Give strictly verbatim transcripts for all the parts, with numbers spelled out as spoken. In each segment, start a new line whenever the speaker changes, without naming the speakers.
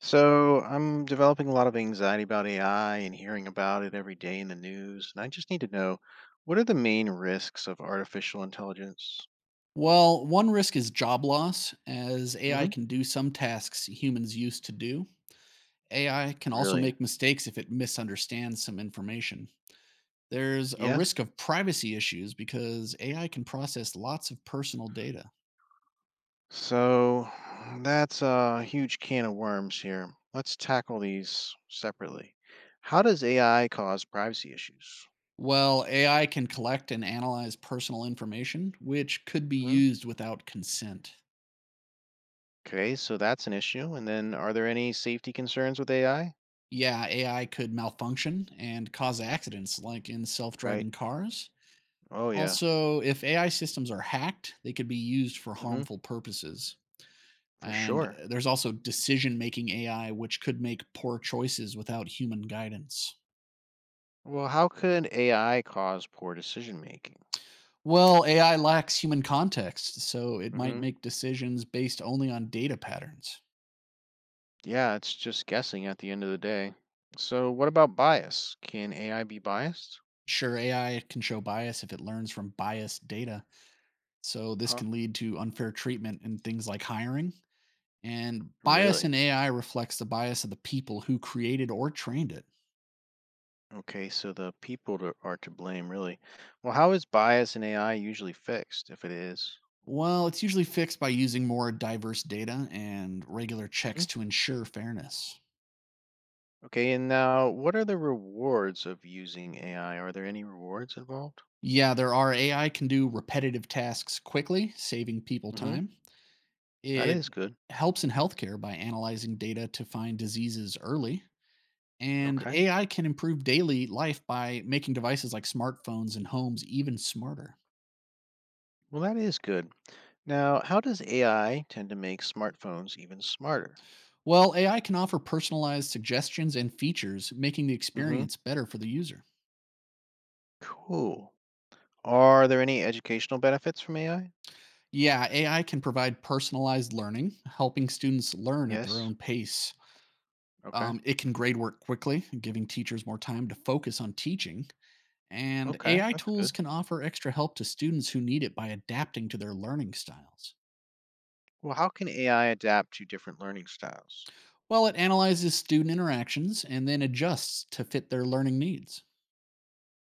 So I'm developing a lot of anxiety about A I and hearing about it every day in the news, and I just need to know what are the main risks of artificial intelligence?
Well, one risk is job loss, as A I
Hmm.
can do some tasks humans used to do. A I can also
Really?
make mistakes if it misunderstands some information. There's a
Yeah.
risk of privacy issues because A I can process lots of personal data.
So that's a huge can of worms here. Let's tackle these separately. How does A I cause privacy issues?
Well, A I can collect and analyze personal information, which could be
Hmm.
used without consent.
Okay, so that's an issue. And then are there any safety concerns with A I?
Yeah, A I could malfunction and cause accidents like in self
Right.
driving cars.
Oh, yeah.
Also, if A I systems are hacked, they could be used for
Hmm.
harmful purposes.
For
And
sure.
uh, there's also decision making A I, which could make poor choices without human guidance.
Well, how could A I cause poor decision making?
Well, A I lacks human context, so it might
Hmm.
make decisions based only on data patterns.
Yeah, it's just guessing at the end of the day. So, what about bias? Can A I be biased?
Sure, A I can show bias if it learns from biased data, so this
Huh?
can lead to unfair treatment in things like hiring. And bias
Really?
in A I reflects the bias of the people who created or trained it.
Okay, so the people to, are to blame, really. Well, how is bias in A I usually fixed, if it is?
Well, it's usually fixed by using more diverse data and regular
Hmm?
checks to ensure fairness.
Okay, and now what are the rewards of using A I? Are there any rewards involved?
Yeah, there are A I can do repetitive tasks quickly, saving people
Hmm.
time.
That
It
is good.
helps in healthcare by analyzing data to find diseases early. And
Okay.
A I can improve daily life by making devices like smartphones and homes even smarter.
Well, that is good. Now, how does A I tend to make smartphones even smarter?
Well, A I can offer personalized suggestions and features, making the
Mhm.
experience better for the user.
Cool. Are there any educational benefits from A I?
Yeah, A I can provide personalized learning, helping students learn at their
Yes.
own pace.
Okay.
Um, it can grade work quickly, giving teachers more time to focus on teaching. And
Okay.
A I
That's
tools
good.
can offer extra help to students who need it by adapting to their learning styles.
Well, how can A I adapt to different learning styles?
While it analyzes student interactions and then adjusts to fit their learning needs.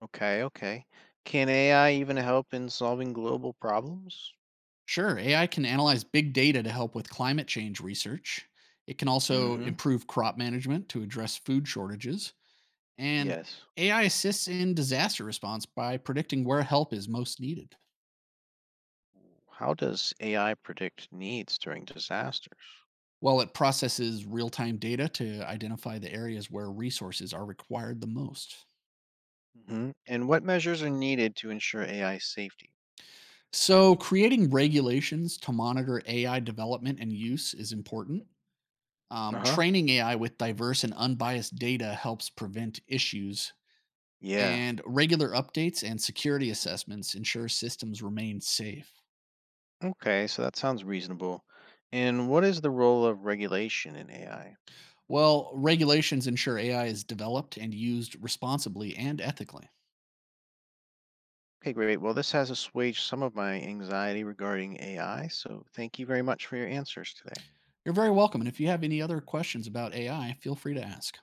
Okay. Okay. Can A I even help in solving global problems?
Sure, A I can analyze big data to help with climate change research. It can
Mm
also
hmm.
improve crop management to address food shortages. And
Yes.
A I assists in disaster response by predicting where help is most needed,
How does A I predict needs during disasters?
while it processes real time data to identify the areas where resources are required the most.
Mm hmm And what measures are needed to ensure A I safety?
So, creating regulations to monitor A I development and use is important.
Uh
Um,
huh.
training A I with diverse and unbiased data helps prevent issues,
Yeah.
and regular updates and security assessments ensure systems remain safe.
Okay. So that sounds reasonable. And what is the role of regulation in A I?
Well, regulations ensure A I is developed and used responsibly and ethically.
Okay, great. Well, this has assuaged some of my anxiety regarding A I, so thank you very much for your answers today.
You're very welcome. And if you have any other questions about A I, feel free to ask.